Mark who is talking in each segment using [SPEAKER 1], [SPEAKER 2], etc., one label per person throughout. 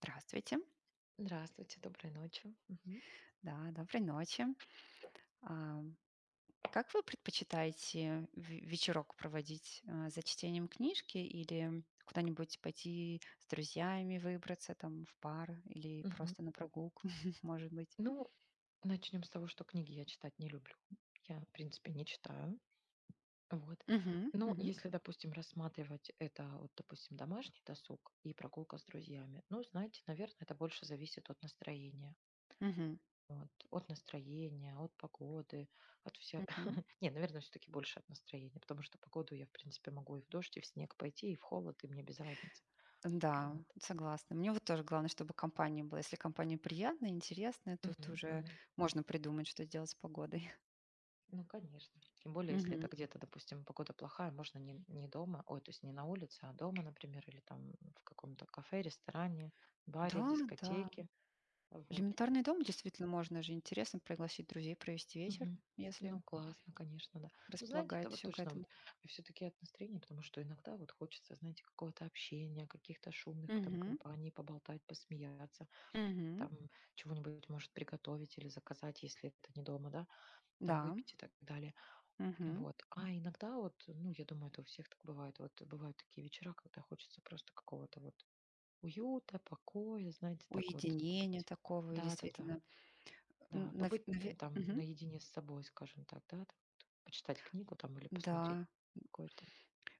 [SPEAKER 1] Здравствуйте.
[SPEAKER 2] Здравствуйте, доброй ночи. Мгм.
[SPEAKER 1] Да, доброй ночи. А, как вы предпочитаете вечерок проводить? А, за чтением книжки или куда-нибудь пойти с друзьями выбраться там в пар или
[SPEAKER 2] Мгм.
[SPEAKER 1] просто на прогулку, может быть?
[SPEAKER 2] Ну, начнем с того, что книги я читать не люблю. Я, в принципе, не читаю. Вот.
[SPEAKER 1] Мгм,
[SPEAKER 2] Но
[SPEAKER 1] мгм,
[SPEAKER 2] если, допустим, рассматривать это, вот, допустим, домашний досуг и прогулка с друзьями, ну, знаете, наверное, это больше зависит от настроения.
[SPEAKER 1] мгм,
[SPEAKER 2] Вот. От настроения, от погоды, от все.
[SPEAKER 1] мгм.
[SPEAKER 2] Не, наверное, все-таки больше от настроения, потому что погоду я, в принципе, могу и в дождь, и в снег пойти, и в холод, и мне без разницы.
[SPEAKER 1] Да,
[SPEAKER 2] Вот.
[SPEAKER 1] согласна. Мне вот тоже главное, чтобы компания была. Если компания приятная, интересная, тут
[SPEAKER 2] Мгм.
[SPEAKER 1] уже
[SPEAKER 2] Мгм.
[SPEAKER 1] можно придумать, что делать с погодой.
[SPEAKER 2] Ну, конечно. Тем более, если
[SPEAKER 1] Мгм.
[SPEAKER 2] это где-то, допустим, погода плохая, можно не дома, ой, то есть не на улице, а дома, например, или там в каком-то кафе, ресторане, баре,
[SPEAKER 1] Да, да.
[SPEAKER 2] дискотеке. Вот.
[SPEAKER 1] Элементарный дом действительно можно же интересно пригласить друзей провести вечер,
[SPEAKER 2] Мгм.
[SPEAKER 1] если
[SPEAKER 2] Ну, классно, конечно, да. Ну, знаете, это
[SPEAKER 1] располагает
[SPEAKER 2] вот
[SPEAKER 1] все к
[SPEAKER 2] точно вот
[SPEAKER 1] этому.
[SPEAKER 2] все-таки от настроения, потому что иногда вот хочется, знаете, какого-то общения, каких-то шумных там
[SPEAKER 1] Мгм.
[SPEAKER 2] компаний, поболтать, посмеяться,
[SPEAKER 1] Мгм.
[SPEAKER 2] там чего-нибудь, может, приготовить или заказать, если это не дома, да, там
[SPEAKER 1] Да.
[SPEAKER 2] выпить и так далее.
[SPEAKER 1] Мгм.
[SPEAKER 2] Вот. А иногда вот, ну, я думаю, это у всех так бывает. Вот бывают такие вечера, когда хочется просто какого-то вот уюта, покоя, знаете, так вот
[SPEAKER 1] Уединение
[SPEAKER 2] побыть.
[SPEAKER 1] такого и
[SPEAKER 2] Да-да-да. Да, да.
[SPEAKER 1] действительно.
[SPEAKER 2] Да, побыть там
[SPEAKER 1] Мгм.
[SPEAKER 2] наедине с собой, скажем так, да, там вот почитать книгу там или посмотреть
[SPEAKER 1] Да.
[SPEAKER 2] какой-то.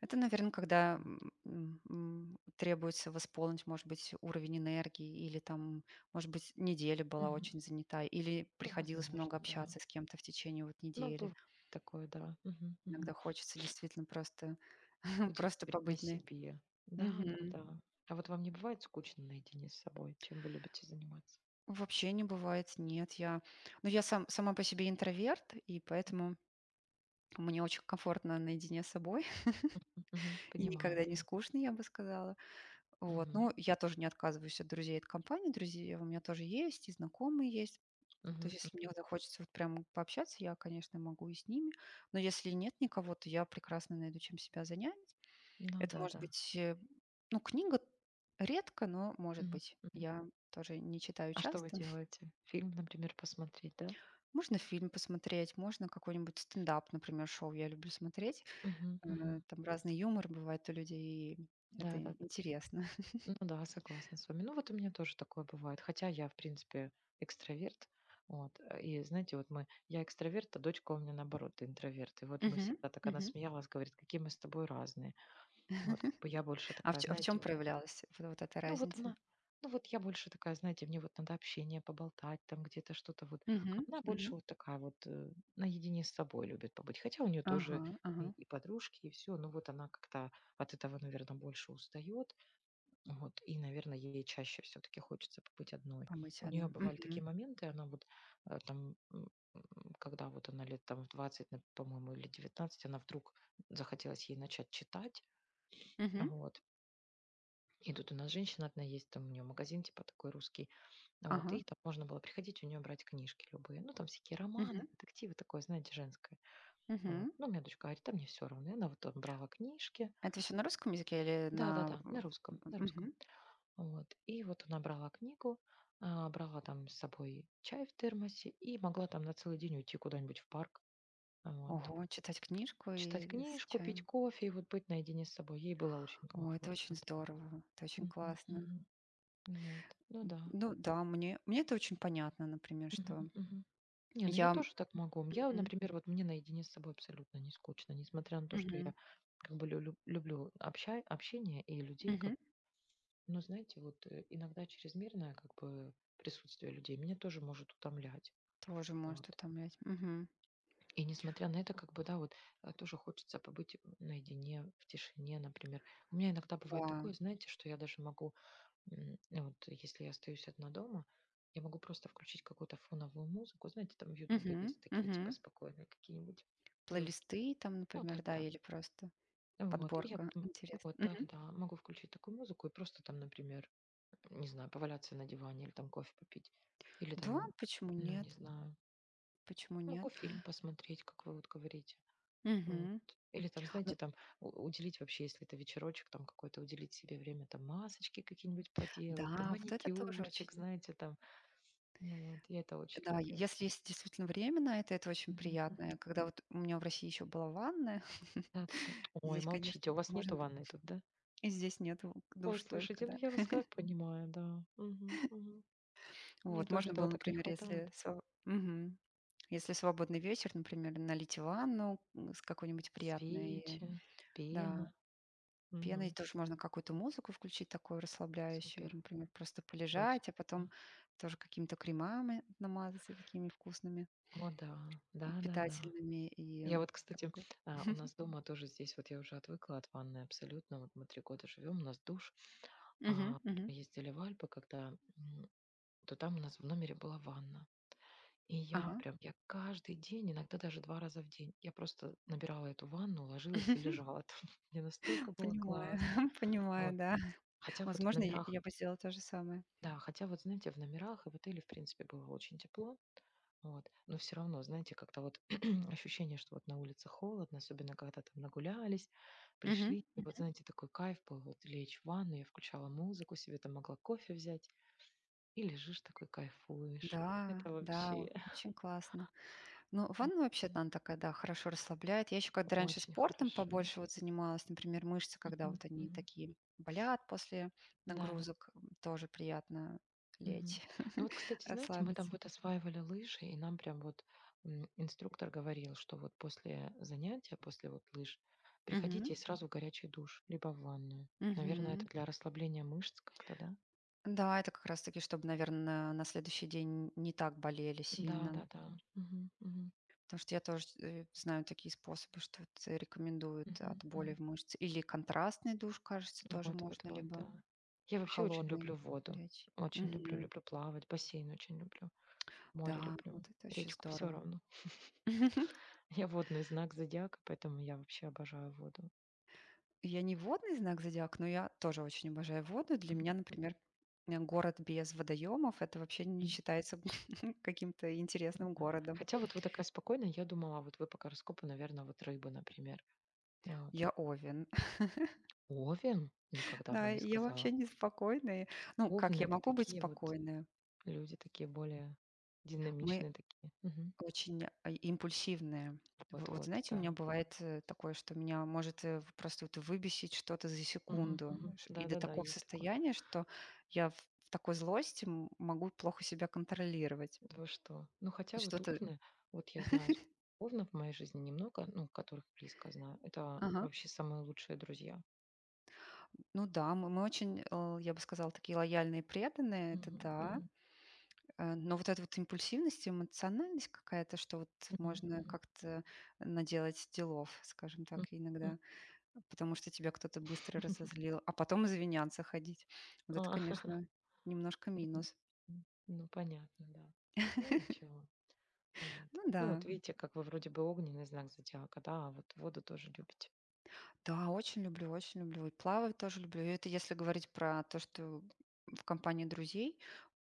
[SPEAKER 1] Это, наверное, когда
[SPEAKER 2] Вот.
[SPEAKER 1] требуется восполнить, может быть, уровень энергии, или там, может быть, неделя была
[SPEAKER 2] Мгм.
[SPEAKER 1] очень занята, или
[SPEAKER 2] Ну,
[SPEAKER 1] приходилось
[SPEAKER 2] возможно,
[SPEAKER 1] много
[SPEAKER 2] да.
[SPEAKER 1] общаться с кем-то в течение вот
[SPEAKER 2] Ну,
[SPEAKER 1] недели.
[SPEAKER 2] бывает такое, да. Мгм,
[SPEAKER 1] Иногда
[SPEAKER 2] мгм.
[SPEAKER 1] хочется действительно просто,
[SPEAKER 2] Уделить
[SPEAKER 1] просто
[SPEAKER 2] время
[SPEAKER 1] побыть
[SPEAKER 2] себе. Да, да,
[SPEAKER 1] Мгм.
[SPEAKER 2] да. А вот вам не бывает скучно наедине с собой, чем вы любите заниматься?
[SPEAKER 1] Вообще не бывает, нет. Я, ну, я сама по себе интроверт, и поэтому мне очень комфортно наедине с собой
[SPEAKER 2] Мгм.
[SPEAKER 1] и
[SPEAKER 2] Понимаю,
[SPEAKER 1] никогда не
[SPEAKER 2] да.
[SPEAKER 1] скучно, я бы сказала. Вот,
[SPEAKER 2] Мгм.
[SPEAKER 1] но я тоже не отказываюсь от друзей, от компании. Друзей у меня тоже есть, и знакомые есть. То есть,
[SPEAKER 2] Мгм,
[SPEAKER 1] если мне
[SPEAKER 2] мгм.
[SPEAKER 1] вот захочется вот прям пообщаться, я, конечно, могу и с ними. Но если нет никого, то я прекрасно найду, чем себя занять.
[SPEAKER 2] Ну
[SPEAKER 1] Это
[SPEAKER 2] да,
[SPEAKER 1] может
[SPEAKER 2] да.
[SPEAKER 1] быть, ну, книга редко, но может
[SPEAKER 2] Мгм,
[SPEAKER 1] быть.
[SPEAKER 2] мгм.
[SPEAKER 1] Я тоже не читаю
[SPEAKER 2] А что вы
[SPEAKER 1] часто.
[SPEAKER 2] делаете? Фильм, например, посмотреть, да?
[SPEAKER 1] Можно фильм посмотреть, можно какой-нибудь стендап, например, шоу я люблю смотреть.
[SPEAKER 2] Мгм, мгм.
[SPEAKER 1] Там разный юмор бывает у людей, и это
[SPEAKER 2] Да-да-да.
[SPEAKER 1] интересно.
[SPEAKER 2] Ну да, согласна с вами. Ну вот у меня тоже такое бывает. Хотя я, в принципе, экстраверт. Вот. И знаете, вот мы, я экстраверт, а дочка у меня наоборот интроверт. И вот мы
[SPEAKER 1] Мгм,
[SPEAKER 2] всегда так, она
[SPEAKER 1] мгм.
[SPEAKER 2] смеялась, говорит, какие мы с тобой разные. Вот я больше
[SPEAKER 1] А в
[SPEAKER 2] такая,
[SPEAKER 1] чё а в чём
[SPEAKER 2] знаете, вот.
[SPEAKER 1] проявлялась вот эта
[SPEAKER 2] Ну вот
[SPEAKER 1] разница?
[SPEAKER 2] она, ну вот я больше такая, знаете, мне вот надо общение, поболтать, там где-то что-то вот. А
[SPEAKER 1] Мгм,
[SPEAKER 2] она
[SPEAKER 1] мгм.
[SPEAKER 2] больше вот такая вот наедине с собой любит побыть. Хотя у нее
[SPEAKER 1] Ага,
[SPEAKER 2] тоже и,
[SPEAKER 1] ага.
[SPEAKER 2] и подружки, и все. Но вот она как-то от этого, наверное, больше устает. Вот. И, наверное, ей чаще все-таки хочется побыть одной.
[SPEAKER 1] Помыть
[SPEAKER 2] У нее
[SPEAKER 1] одной.
[SPEAKER 2] бывали
[SPEAKER 1] Мгм,
[SPEAKER 2] такие моменты, она вот э, там м, когда вот она лет там в 20, по-моему, или 19, она вдруг захотелось ей начать читать,
[SPEAKER 1] мгм.
[SPEAKER 2] вот, и тут у нас женщина одна есть, там у нее магазин типа такой русский. А вот,
[SPEAKER 1] Ага.
[SPEAKER 2] и там можно было приходить у нее брать книжки любые. Ну, там всякие романы,
[SPEAKER 1] Мгм,
[SPEAKER 2] детективы, такое, знаете, женское. Вот.
[SPEAKER 1] мгм.
[SPEAKER 2] Ну, у меня дочка говорит, там мне все равно. И она вот там брала книжки.
[SPEAKER 1] Это все на русском языке или на
[SPEAKER 2] Да-да-да,
[SPEAKER 1] в
[SPEAKER 2] на русском,
[SPEAKER 1] м
[SPEAKER 2] на русском.
[SPEAKER 1] мгм.
[SPEAKER 2] Вот. И вот она брала книгу, брала там с собой чай в термосе и могла там на целый день уйти куда-нибудь в парк. Вот.
[SPEAKER 1] Ого, читать книжку
[SPEAKER 2] Читать
[SPEAKER 1] и с
[SPEAKER 2] книжку, пить
[SPEAKER 1] чаем.
[SPEAKER 2] кофе и вот быть наедине с собой. Ей было очень
[SPEAKER 1] О, это очень
[SPEAKER 2] комфортно. Да.
[SPEAKER 1] здорово, это очень
[SPEAKER 2] Мгм,
[SPEAKER 1] классно.
[SPEAKER 2] мгм. Ну вот. Ну да.
[SPEAKER 1] Ну да, мне это очень понятно, например,
[SPEAKER 2] Мгм,
[SPEAKER 1] что
[SPEAKER 2] мгм. Не, ну я
[SPEAKER 1] я.
[SPEAKER 2] тоже так могу. Я,
[SPEAKER 1] Мгм.
[SPEAKER 2] например, вот мне наедине с собой абсолютно не скучно, несмотря на то, что
[SPEAKER 1] Мгм.
[SPEAKER 2] я как бы люблю общение и людей, как,
[SPEAKER 1] Мгм.
[SPEAKER 2] ну, знаете, вот иногда чрезмерное как бы присутствие людей меня тоже может утомлять.
[SPEAKER 1] Тоже
[SPEAKER 2] Вот.
[SPEAKER 1] может утомлять. Мгм.
[SPEAKER 2] И несмотря на это, как бы, да, вот тоже хочется побыть наедине, в тишине, например. У меня иногда бывает
[SPEAKER 1] Да.
[SPEAKER 2] такое, знаете, что я даже могу. Ну вот если я остаюсь одна дома, я могу просто включить какую-то фоновую музыку. Знаете, там в "Ютубе"
[SPEAKER 1] Мгм.
[SPEAKER 2] есть такие типа
[SPEAKER 1] Мгм.
[SPEAKER 2] спокойные какие-нибудь, легкие.
[SPEAKER 1] Плейлисты там,
[SPEAKER 2] Ну
[SPEAKER 1] например, да,
[SPEAKER 2] да-да-да.
[SPEAKER 1] или просто
[SPEAKER 2] Вот, и я
[SPEAKER 1] подборка.
[SPEAKER 2] потом
[SPEAKER 1] Интересно.
[SPEAKER 2] вот,
[SPEAKER 1] Мгм.
[SPEAKER 2] да-да-да, могу включить такую музыку и просто там, например, не знаю, поваляться на диване или там кофе попить. Или
[SPEAKER 1] Да,
[SPEAKER 2] там,
[SPEAKER 1] почему
[SPEAKER 2] ну, не
[SPEAKER 1] нет?
[SPEAKER 2] знаю,
[SPEAKER 1] Почему нет?
[SPEAKER 2] могу фильм посмотреть, как вы вот говорите. Вот.
[SPEAKER 1] Мгм.
[SPEAKER 2] Или там,
[SPEAKER 1] Ну
[SPEAKER 2] знаете, там у уделить вообще, если это вечерочек там какой-то, уделить себе время, там масочки какие-нибудь поделать, там
[SPEAKER 1] да, вот это тоже очень.
[SPEAKER 2] маникюрчик, знаете, там. Ну вот, я это очень
[SPEAKER 1] Да,
[SPEAKER 2] люблю.
[SPEAKER 1] если есть действительно время на это очень
[SPEAKER 2] Мгм,
[SPEAKER 1] приятно. А
[SPEAKER 2] мгм.
[SPEAKER 1] когда вот у меня в России еще была ванная,
[SPEAKER 2] Да-да-да. Ой,
[SPEAKER 1] здесь,
[SPEAKER 2] молчите,
[SPEAKER 1] конечно,
[SPEAKER 2] у вас
[SPEAKER 1] можно
[SPEAKER 2] нету
[SPEAKER 1] б
[SPEAKER 2] ванной тут, да?
[SPEAKER 1] и здесь нету
[SPEAKER 2] Ой,
[SPEAKER 1] душ только,
[SPEAKER 2] слушайте, ну
[SPEAKER 1] да.
[SPEAKER 2] я вас как понимаю, да. Мгм, мгм. Мне
[SPEAKER 1] Вот,
[SPEAKER 2] тоже
[SPEAKER 1] можно
[SPEAKER 2] этого
[SPEAKER 1] было,
[SPEAKER 2] так не
[SPEAKER 1] например, если
[SPEAKER 2] хватает.
[SPEAKER 1] сва мгм. Если свободный вечер, например, налить ванну, с какой-нибудь приятной,
[SPEAKER 2] Свечи,
[SPEAKER 1] да,
[SPEAKER 2] пена.
[SPEAKER 1] пеной.
[SPEAKER 2] Мгм.
[SPEAKER 1] Тоже можно какую-то музыку включить такую расслабляющую и,
[SPEAKER 2] Супер.
[SPEAKER 1] например, просто
[SPEAKER 2] Очень.
[SPEAKER 1] полежать, а
[SPEAKER 2] Да.
[SPEAKER 1] потом тоже какими-то кремами намазаться такими вкусными,
[SPEAKER 2] О, да.
[SPEAKER 1] у
[SPEAKER 2] Да-да-да.
[SPEAKER 1] питательными и
[SPEAKER 2] Я вот, кстати,
[SPEAKER 1] тако
[SPEAKER 2] у нас дома тоже здесь, вот я уже отвыкла от ванны абсолютно. Вот мы 3 года живем, у нас душ. А
[SPEAKER 1] мгм, мгм.
[SPEAKER 2] мы ездили в Альпы, когда, м, то там у нас в номере была ванна. И я
[SPEAKER 1] Ага.
[SPEAKER 2] прям, я каждый день, иногда даже 2 раза в день, я просто набирала эту ванну, ложилась и лежала там. Мне настолько было
[SPEAKER 1] Понимаю,
[SPEAKER 2] классно.
[SPEAKER 1] понимаю,
[SPEAKER 2] Вот.
[SPEAKER 1] да.
[SPEAKER 2] Хотя вот в
[SPEAKER 1] Возможно, я
[SPEAKER 2] номерах,
[SPEAKER 1] я бы сделала то же самое.
[SPEAKER 2] да, хотя вот, знаете, в номерах и в отеле, в принципе, было очень тепло. Вот. Но все равно, знаете, как-то вот ощущение, что вот на улице холодно, особенно когда там нагулялись,
[SPEAKER 1] Мгм,
[SPEAKER 2] пришли. И вот,
[SPEAKER 1] мгм.
[SPEAKER 2] знаете, такой кайф был, вот лечь в ванну, я включала музыку себе, там могла кофе взять, и лежишь такой, кайфуешь.
[SPEAKER 1] Да,
[SPEAKER 2] Это
[SPEAKER 1] да,
[SPEAKER 2] вообще.
[SPEAKER 1] очень классно. Ну, ванна вообще там такая, да, хорошо расслабляет. Я еще когда раньше
[SPEAKER 2] Очень
[SPEAKER 1] спортом
[SPEAKER 2] хорошо.
[SPEAKER 1] побольше вот занималась, например, мышцы, когда
[SPEAKER 2] Мгм,
[SPEAKER 1] вот они
[SPEAKER 2] мгм.
[SPEAKER 1] такие болят после
[SPEAKER 2] Да-да.
[SPEAKER 1] нагрузок, тоже приятно лечь,
[SPEAKER 2] Мгм. Ну вот, кстати, знаете, мы там
[SPEAKER 1] расслабиться.
[SPEAKER 2] вот осваивали лыжи, и нам прям вот инструктор говорил, что вот после занятия, после вот лыж,
[SPEAKER 1] Мгм.
[SPEAKER 2] приходите и сразу в горячий душ, либо в ванную. Наверное, это
[SPEAKER 1] Мгм.
[SPEAKER 2] для расслабления мышц как-то, да?
[SPEAKER 1] Да, это как раз-таки, чтобы, наверное, на следующий день не так болели сильно.
[SPEAKER 2] Да-да-да. Мгм, мгм,
[SPEAKER 1] Потому что я тоже знаю такие способы, что вот рекомендуют
[SPEAKER 2] мгм,
[SPEAKER 1] от боли
[SPEAKER 2] мгм.
[SPEAKER 1] в мышце. Или контрастный душ, кажется, тоже
[SPEAKER 2] Вот, вот,
[SPEAKER 1] можно,
[SPEAKER 2] вот,
[SPEAKER 1] либо
[SPEAKER 2] да. Я вообще очень
[SPEAKER 1] холодный
[SPEAKER 2] люблю воду.
[SPEAKER 1] горячий.
[SPEAKER 2] Очень люблю,
[SPEAKER 1] Мгм.
[SPEAKER 2] люблю плавать, бассейн очень люблю, море
[SPEAKER 1] Да,
[SPEAKER 2] люблю,
[SPEAKER 1] вот это очень
[SPEAKER 2] речку все
[SPEAKER 1] здорово.
[SPEAKER 2] равно. Я водный знак зодиака, поэтому я вообще обожаю воду.
[SPEAKER 1] Я не водный знак зодиака, но я тоже очень обожаю воду. Для меня, например, город без водоемов это вообще не
[SPEAKER 2] Мгм.
[SPEAKER 1] считается каким-то
[SPEAKER 2] Ну
[SPEAKER 1] интересным
[SPEAKER 2] да.
[SPEAKER 1] городом.
[SPEAKER 2] Хотя вот вы такая спокойная, я думала, вот вы по гороскопу, наверное, вот рыбы, например. Ну вот.
[SPEAKER 1] Я Овен.
[SPEAKER 2] Овен? Никогда бы
[SPEAKER 1] Да,
[SPEAKER 2] не
[SPEAKER 1] и я вообще
[SPEAKER 2] сказала.
[SPEAKER 1] не спокойная. Ну, как
[SPEAKER 2] Овны
[SPEAKER 1] я
[SPEAKER 2] это
[SPEAKER 1] могу быть
[SPEAKER 2] такие вот
[SPEAKER 1] спокойной?
[SPEAKER 2] люди, такие более
[SPEAKER 1] Мы
[SPEAKER 2] динамичные такие. Мгм.
[SPEAKER 1] Очень, импульсивные. В
[SPEAKER 2] Вот,
[SPEAKER 1] Вот
[SPEAKER 2] вот,
[SPEAKER 1] знаете, у
[SPEAKER 2] да.
[SPEAKER 1] меня бывает, такое, что меня может, э, в просто вот выбесить что-то за
[SPEAKER 2] Мгм,
[SPEAKER 1] секунду.
[SPEAKER 2] мгм.
[SPEAKER 1] Ш И
[SPEAKER 2] Да,
[SPEAKER 1] до
[SPEAKER 2] да, да,
[SPEAKER 1] такого
[SPEAKER 2] есть такое.
[SPEAKER 1] состояния, что я в такой злости могу плохо себя контролировать.
[SPEAKER 2] Да вы что? Ну
[SPEAKER 1] И
[SPEAKER 2] хотя вот
[SPEAKER 1] что-то
[SPEAKER 2] овны, вот я знаю, овнов в моей жизни немного, ну, которых близко знаю. Это
[SPEAKER 1] Ага.
[SPEAKER 2] вообще самые лучшие друзья.
[SPEAKER 1] Ну да, мы очень, я бы сказала, такие лояльные и преданные, это
[SPEAKER 2] Мгм,
[SPEAKER 1] да.
[SPEAKER 2] мгм,
[SPEAKER 1] Но вот эта вот импульсивность, и эмоциональность какая-то, что вот
[SPEAKER 2] мгм,
[SPEAKER 1] можно
[SPEAKER 2] мгм.
[SPEAKER 1] как-то наделать делов, скажем
[SPEAKER 2] М,
[SPEAKER 1] так,
[SPEAKER 2] м.
[SPEAKER 1] иногда. Потому что тебя кто-то быстро разозлил, а потом извиняться ходить. Вот это,
[SPEAKER 2] А.
[SPEAKER 1] конечно, немножко
[SPEAKER 2] Мгм.
[SPEAKER 1] минус.
[SPEAKER 2] М. Ну, понятно, да. Ну, ничего. Вот.
[SPEAKER 1] Ну
[SPEAKER 2] Ну,
[SPEAKER 1] да.
[SPEAKER 2] вот видите, как вы вроде бы огненный знак зодиака, да, а вот воду тоже любите.
[SPEAKER 1] Да, очень люблю, очень люблю. И плавать тоже люблю. И это если говорить про то, что в компании друзей.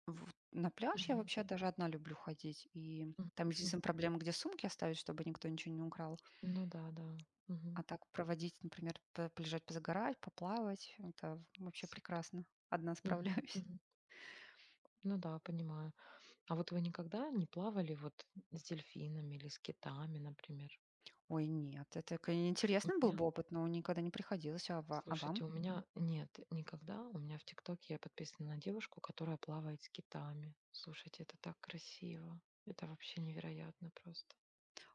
[SPEAKER 1] На пляж я
[SPEAKER 2] Мгм.
[SPEAKER 1] вообще даже одна люблю ходить. И
[SPEAKER 2] Мгм,
[SPEAKER 1] там
[SPEAKER 2] мгм.
[SPEAKER 1] единственная проблема, где сумки оставить, чтобы никто ничего не украл.
[SPEAKER 2] Ну да, да.
[SPEAKER 1] А
[SPEAKER 2] Мгм.
[SPEAKER 1] так проводить, например, полежать, позагорать, поплавать. Это вообще
[SPEAKER 2] Супер.
[SPEAKER 1] прекрасно. Одна
[SPEAKER 2] Мгм,
[SPEAKER 1] справляюсь.
[SPEAKER 2] мгм. Ну да, понимаю. А вот вы никогда не плавали вот с дельфинами или с китами, например?
[SPEAKER 1] Ой, нет, это, к
[SPEAKER 2] У
[SPEAKER 1] интересный был бы опыт, но никогда не приходилось. А ва а вам?
[SPEAKER 2] Слушайте, у меня нет никогда. У меня в "Тиктоке" я подписана на девушку, которая плавает с китами. Слушайте, это так красиво. Это вообще невероятно просто.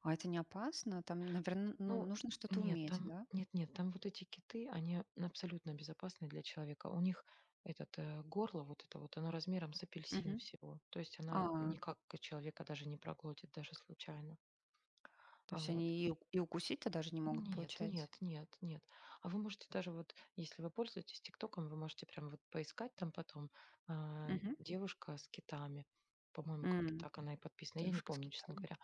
[SPEAKER 1] А это не опасно? Там, наверное,
[SPEAKER 2] Ну,
[SPEAKER 1] нужно что-то
[SPEAKER 2] нет,
[SPEAKER 1] уметь,
[SPEAKER 2] там
[SPEAKER 1] да?
[SPEAKER 2] нет-нет, там вот эти киты, они абсолютно безопасны для человека. У них этот, горло вот это вот, оно размером с апельсин
[SPEAKER 1] Мгм.
[SPEAKER 2] всего. То есть она
[SPEAKER 1] А,
[SPEAKER 2] никак человека даже не проглотит, даже случайно.
[SPEAKER 1] то
[SPEAKER 2] А,
[SPEAKER 1] есть
[SPEAKER 2] вот.
[SPEAKER 1] они и и укусить-то даже не могут,
[SPEAKER 2] Нет,
[SPEAKER 1] получается?
[SPEAKER 2] нет, нет, нет. А вы можете даже вот, если вы пользуетесь "Тиктоком", вы можете прям вот поискать там потом, а,
[SPEAKER 1] Мгм.
[SPEAKER 2] "Девушка с китами". По-моему, как-то
[SPEAKER 1] М.
[SPEAKER 2] так она и подписана. Я не
[SPEAKER 1] Девушка с
[SPEAKER 2] помню, честно
[SPEAKER 1] китами.
[SPEAKER 2] говоря.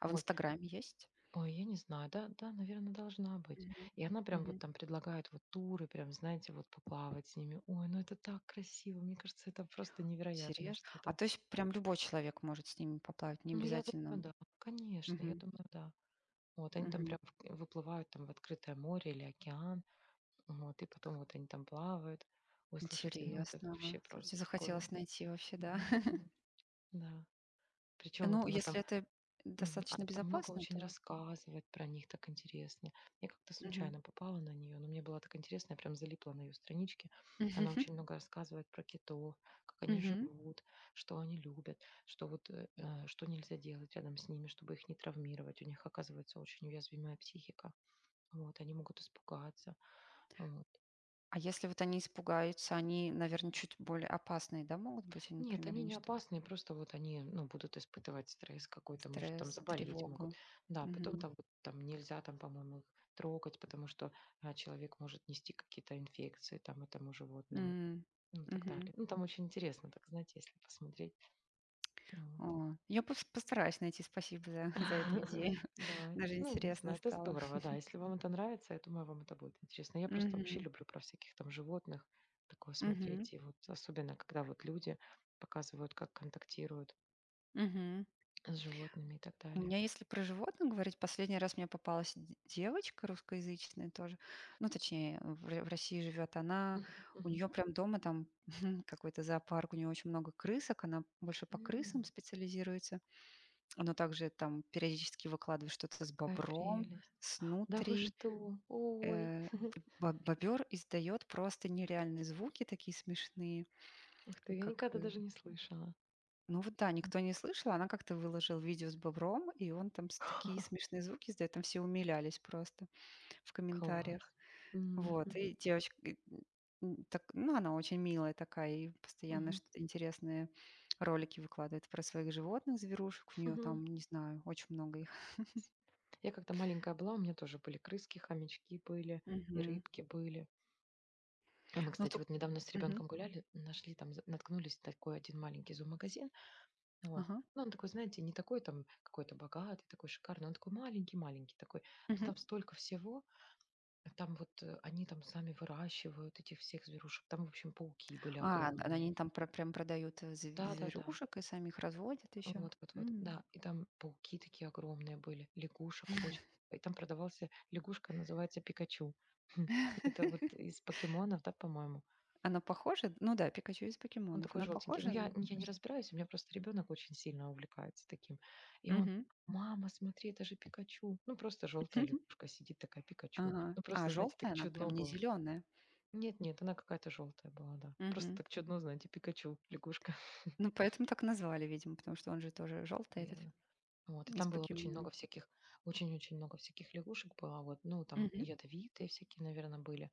[SPEAKER 1] А в
[SPEAKER 2] Вот.
[SPEAKER 1] "Инстаграме" есть?
[SPEAKER 2] Ой, я не знаю. Да, да, наверное, должна быть.
[SPEAKER 1] Мгм.
[SPEAKER 2] И она прям вот
[SPEAKER 1] Мгм.
[SPEAKER 2] там предлагает вот туры, прям, знаете, вот поплавать с ними. Ой, ну это так красиво. Мне кажется, это просто невероятное
[SPEAKER 1] Интерес А,
[SPEAKER 2] что-то.
[SPEAKER 1] то есть прям любой человек может с ними поплавать, не
[SPEAKER 2] Ну, я
[SPEAKER 1] обязательно.
[SPEAKER 2] думаю, да. Конечно, я
[SPEAKER 1] Мгм.
[SPEAKER 2] думаю, да. Вот они там
[SPEAKER 1] Мгм.
[SPEAKER 2] прям в выплывают там в открытое море или океан. Вот, и потом вот они там плавают. Ой, слушайте, ну это вообще
[SPEAKER 1] Интересно.
[SPEAKER 2] просто
[SPEAKER 1] Слушайте,
[SPEAKER 2] такое.
[SPEAKER 1] захотелось найти вообще, да?
[SPEAKER 2] Мгм, мгм. Да. Причем
[SPEAKER 1] Ну,
[SPEAKER 2] вот она
[SPEAKER 1] если
[SPEAKER 2] там,
[SPEAKER 1] это
[SPEAKER 2] мгм,
[SPEAKER 1] достаточно
[SPEAKER 2] она там много
[SPEAKER 1] безопасно,
[SPEAKER 2] очень
[SPEAKER 1] то
[SPEAKER 2] рассказывает про них, так интересно. Я как-то
[SPEAKER 1] мгм.
[SPEAKER 2] случайно попала на нее, но мне было так интересно, я прям залипла на ее страничке. Она
[SPEAKER 1] Мгм,
[SPEAKER 2] очень много рассказывает про китов, как они
[SPEAKER 1] мгм.
[SPEAKER 2] живут, что они любят, что вот э, э, что нельзя делать рядом с ними, чтобы их не травмировать. У них оказывается очень уязвимая психика. Вот, они могут испугаться. Вот.
[SPEAKER 1] А если вот они испугаются, они, наверное, чуть более опасные, да, могут быть? Они,
[SPEAKER 2] Нет,
[SPEAKER 1] например,
[SPEAKER 2] они
[SPEAKER 1] они
[SPEAKER 2] не
[SPEAKER 1] что-то
[SPEAKER 2] опасные, просто вот они, ну, будут испытывать стресс какой-то, может, там
[SPEAKER 1] стресс,
[SPEAKER 2] заболеть могут.
[SPEAKER 1] тревогу.
[SPEAKER 2] Да, потом
[SPEAKER 1] Мгм.
[SPEAKER 2] там, вот там нельзя, там, по-моему, их трогать, потому что человек может нести какие-то инфекции там этому животному,
[SPEAKER 1] М.
[SPEAKER 2] ну, и так
[SPEAKER 1] Мгм.
[SPEAKER 2] далее. Ну, там очень интересно, так знаете, если посмотреть. Вот.
[SPEAKER 1] О, я постараюсь найти. Спасибо за за эту идею.
[SPEAKER 2] Да,
[SPEAKER 1] Даже
[SPEAKER 2] ну, не
[SPEAKER 1] интересно
[SPEAKER 2] знаю, это
[SPEAKER 1] стало.
[SPEAKER 2] здорово, да. Если вам это нравится, я думаю, вам это будет интересно. Я просто вообще
[SPEAKER 1] Мгм.
[SPEAKER 2] люблю про всяких там животных такое
[SPEAKER 1] Мгм.
[SPEAKER 2] смотреть. И вот особенно, когда вот люди показывают, как контактируют
[SPEAKER 1] Мгм.
[SPEAKER 2] с животными и так
[SPEAKER 1] У
[SPEAKER 2] далее.
[SPEAKER 1] меня, если про животных говорить, последний раз мне попалась девочка русскоязычная тоже, ну, точнее, в России живет она,
[SPEAKER 2] Мгм,
[SPEAKER 1] у
[SPEAKER 2] мгм.
[SPEAKER 1] нее прям дома там какой-то зоопарк, у нее очень много крысок, она больше по крысам
[SPEAKER 2] М.
[SPEAKER 1] специализируется, но также там периодически выкладывает что-то с
[SPEAKER 2] Какая
[SPEAKER 1] бобром,
[SPEAKER 2] прелесть!
[SPEAKER 1] с
[SPEAKER 2] Да вы
[SPEAKER 1] нутрией.
[SPEAKER 2] что? Ой!
[SPEAKER 1] Э, Бобер издает просто нереальные звуки такие смешные,
[SPEAKER 2] Ух ты, я
[SPEAKER 1] как
[SPEAKER 2] никогда
[SPEAKER 1] э,
[SPEAKER 2] даже не слышала.
[SPEAKER 1] ну вот да,
[SPEAKER 2] М.
[SPEAKER 1] никто не слышал. Она как-то выложила видео с бобром, и он там такие смешные звуки издает, там все умилялись просто в
[SPEAKER 2] Класс.
[SPEAKER 1] комментариях.
[SPEAKER 2] М,
[SPEAKER 1] Вот,
[SPEAKER 2] мгм,
[SPEAKER 1] и девочка, и, так, ну она очень милая такая, и постоянно
[SPEAKER 2] мгм.
[SPEAKER 1] что-то интересные ролики выкладывает про своих животных, зверушек. У нее
[SPEAKER 2] Мгм.
[SPEAKER 1] там, не знаю, очень много их.
[SPEAKER 2] Я когда маленькая была, у меня тоже были крыски, хомячки были и
[SPEAKER 1] Мгм.
[SPEAKER 2] рыбки были. А мы,
[SPEAKER 1] Ну
[SPEAKER 2] кстати,
[SPEAKER 1] тут...
[SPEAKER 2] вот недавно с
[SPEAKER 1] мгм.
[SPEAKER 2] ребенком гуляли, нашли там, наткнулись на такой один маленький зоомагазин. Вот.
[SPEAKER 1] Ага.
[SPEAKER 2] Ну, он такой, знаете, не такой там какой-то богатый, такой шикарный, он такой маленький-маленький такой. Но
[SPEAKER 1] Мгм.
[SPEAKER 2] там столько всего. Там вот, они там сами выращивают этих всех зверушек. Там, в общем, пауки были
[SPEAKER 1] А, да,
[SPEAKER 2] огромные.
[SPEAKER 1] они там прям продают
[SPEAKER 2] Да-да-да.
[SPEAKER 1] зверушек и самих разводят еще.
[SPEAKER 2] Вот вот вот. Да, и там пауки такие огромные были, лягушек очень. И там продавался лягушка, называется Пикачу. Хм. Это вот из покемонов, да, по-моему.
[SPEAKER 1] Она похожа? Ну да, Пикачу из
[SPEAKER 2] Он
[SPEAKER 1] покемонов.
[SPEAKER 2] такой
[SPEAKER 1] Она
[SPEAKER 2] желтенький. Но
[SPEAKER 1] похожа
[SPEAKER 2] я
[SPEAKER 1] н
[SPEAKER 2] я
[SPEAKER 1] на
[SPEAKER 2] не
[SPEAKER 1] что-то?
[SPEAKER 2] разбираюсь, у меня просто ребенок очень сильно увлекается таким. И он:
[SPEAKER 1] Мгм.
[SPEAKER 2] "Мама, смотри, это же Пикачу". Ну, просто желтая лягушка сидит такая, Пикачу.
[SPEAKER 1] Ага.
[SPEAKER 2] Ну,
[SPEAKER 1] А,
[SPEAKER 2] просто, знаете,
[SPEAKER 1] желтая
[SPEAKER 2] так
[SPEAKER 1] она прям,
[SPEAKER 2] чудно
[SPEAKER 1] не
[SPEAKER 2] было.
[SPEAKER 1] зеленая.
[SPEAKER 2] Нет, нет, она какая-то желтая была, да. Просто
[SPEAKER 1] Мгм.
[SPEAKER 2] так чудно, знаете, Пикачу, лягушка.
[SPEAKER 1] Ну, поэтому так назвали, видимо, потому что он же тоже желтый, этот
[SPEAKER 2] Вот, и
[SPEAKER 1] из
[SPEAKER 2] там было
[SPEAKER 1] покемонов.
[SPEAKER 2] очень-очень много всяких лягушек было, вот, ну, там
[SPEAKER 1] Мгм.
[SPEAKER 2] ядовитые всякие, наверное, были.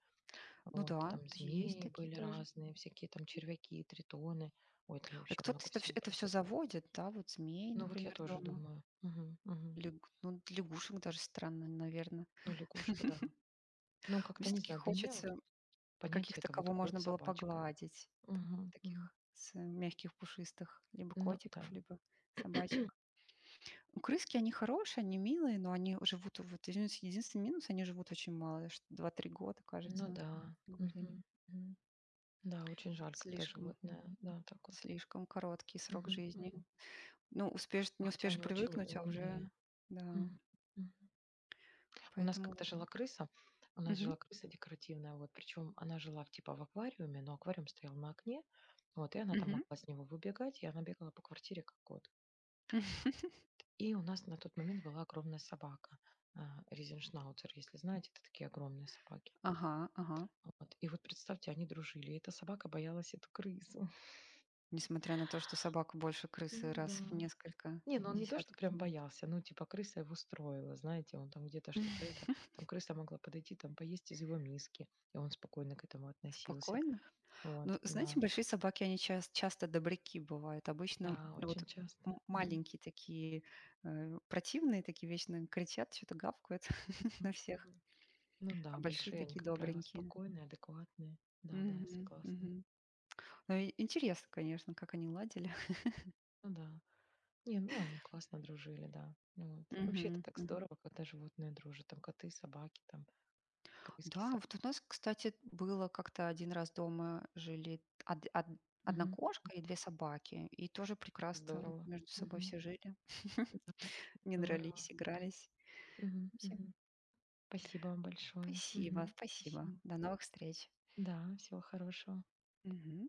[SPEAKER 1] Ну
[SPEAKER 2] Вот,
[SPEAKER 1] да,
[SPEAKER 2] там
[SPEAKER 1] т есть
[SPEAKER 2] змеи
[SPEAKER 1] такие
[SPEAKER 2] были
[SPEAKER 1] тоже.
[SPEAKER 2] разные, всякие там червяки, тритоны. Ой, там
[SPEAKER 1] А
[SPEAKER 2] вообще
[SPEAKER 1] кто-то
[SPEAKER 2] много всего
[SPEAKER 1] это
[SPEAKER 2] было.
[SPEAKER 1] все заводит, да, вот змей,
[SPEAKER 2] Ну, вот я
[SPEAKER 1] например,
[SPEAKER 2] тоже
[SPEAKER 1] дома.
[SPEAKER 2] думаю. Мгм, мгм.
[SPEAKER 1] Лягу Ну, лягушек даже странно, наверное.
[SPEAKER 2] Ну, лягушек, да. Ну, как-то
[SPEAKER 1] Все
[SPEAKER 2] не
[SPEAKER 1] таки
[SPEAKER 2] знаю, для меня вот
[SPEAKER 1] хочется
[SPEAKER 2] понятие-
[SPEAKER 1] каких-то,
[SPEAKER 2] это вот
[SPEAKER 1] кого
[SPEAKER 2] кот,
[SPEAKER 1] можно было
[SPEAKER 2] собачка.
[SPEAKER 1] погладить, та
[SPEAKER 2] Мгм, мгм.
[SPEAKER 1] таких с мягких, пушистых, либо
[SPEAKER 2] Ну да,
[SPEAKER 1] котиков, либо собачек. Ну, крыски, они хорошие, они милые, но они живут вот единственный минус — они живут очень мало, что 2-3 года,
[SPEAKER 2] ну
[SPEAKER 1] кажется,
[SPEAKER 2] да.
[SPEAKER 1] говорили.
[SPEAKER 2] Мгм, мгм. Да, очень жаль, когда
[SPEAKER 1] Слишком
[SPEAKER 2] животное, да, так вот.
[SPEAKER 1] слишком короткий срок
[SPEAKER 2] Мгм,
[SPEAKER 1] жизни.
[SPEAKER 2] мгм.
[SPEAKER 1] Ну, успеешь не
[SPEAKER 2] Хотя
[SPEAKER 1] успеешь
[SPEAKER 2] они очень
[SPEAKER 1] привыкнуть, а уже
[SPEAKER 2] умные.
[SPEAKER 1] да,
[SPEAKER 2] Мгм, мгм. У нас
[SPEAKER 1] поэтому
[SPEAKER 2] как-то
[SPEAKER 1] вот
[SPEAKER 2] жила крыса, у нас
[SPEAKER 1] мгм,
[SPEAKER 2] жила крыса декоративная, вот, причем она жила типа в аквариуме, но аквариум стоял на окне, вот, и она там
[SPEAKER 1] мгм.
[SPEAKER 2] могла с него выбегать, и она бегала по квартире как кот. И у нас на тот момент была огромная собака, резеншнауцер, если знаете, это такие огромные собаки.
[SPEAKER 1] Ага, ага.
[SPEAKER 2] Вот. И вот представьте, они дружили, и эта собака боялась эту крысу.
[SPEAKER 1] Несмотря на то, что собака больше крысы
[SPEAKER 2] Ну да.
[SPEAKER 1] раз в несколько
[SPEAKER 2] Не, ну он не то, что
[SPEAKER 1] десятков
[SPEAKER 2] прям
[SPEAKER 1] лет.
[SPEAKER 2] боялся, ну, типа, крыса его строила, знаете, он там где-то что-то это, там крыса могла подойти, там поесть из его миски, и он спокойно к этому относился.
[SPEAKER 1] Спокойно?
[SPEAKER 2] Вот,
[SPEAKER 1] Ну, знаете,
[SPEAKER 2] да,
[SPEAKER 1] большие собаки, они часто добряки бывают. Обычно
[SPEAKER 2] да,
[SPEAKER 1] вот
[SPEAKER 2] очень часто. Мгм.
[SPEAKER 1] маленькие такие противные, такие вечно кричат, что-то гавкают на
[SPEAKER 2] М,
[SPEAKER 1] всех,
[SPEAKER 2] мгм. Ну
[SPEAKER 1] а
[SPEAKER 2] да,
[SPEAKER 1] большие
[SPEAKER 2] большие они,
[SPEAKER 1] такие
[SPEAKER 2] как правило,
[SPEAKER 1] добренькие.
[SPEAKER 2] спокойные, адекватные. Да, да, я
[SPEAKER 1] Мгм,
[SPEAKER 2] согласна.
[SPEAKER 1] мгм. Ну, и интересно, конечно, как они ладили.
[SPEAKER 2] Ну да. Не, ну они классно дружили, да. Вот. Вообще это
[SPEAKER 1] Мгм,
[SPEAKER 2] так
[SPEAKER 1] мгм.
[SPEAKER 2] здорово, когда животные дружат, там коты, собаки, там крыски,
[SPEAKER 1] Да, вот у нас, кстати, было как-то один раз дома жили одна
[SPEAKER 2] собаки.
[SPEAKER 1] кошка и две собаки, и тоже прекрасно
[SPEAKER 2] Здорово.
[SPEAKER 1] между собой
[SPEAKER 2] Мгм.
[SPEAKER 1] все жили,
[SPEAKER 2] Да,
[SPEAKER 1] не
[SPEAKER 2] здорово.
[SPEAKER 1] дрались, игрались.
[SPEAKER 2] Мгм. Мгм. Спасибо вам большое.
[SPEAKER 1] Спасибо,
[SPEAKER 2] Мгм.
[SPEAKER 1] спасибо.
[SPEAKER 2] Спасибо.
[SPEAKER 1] До новых встреч.
[SPEAKER 2] Да, всего хорошего.
[SPEAKER 1] Мгм.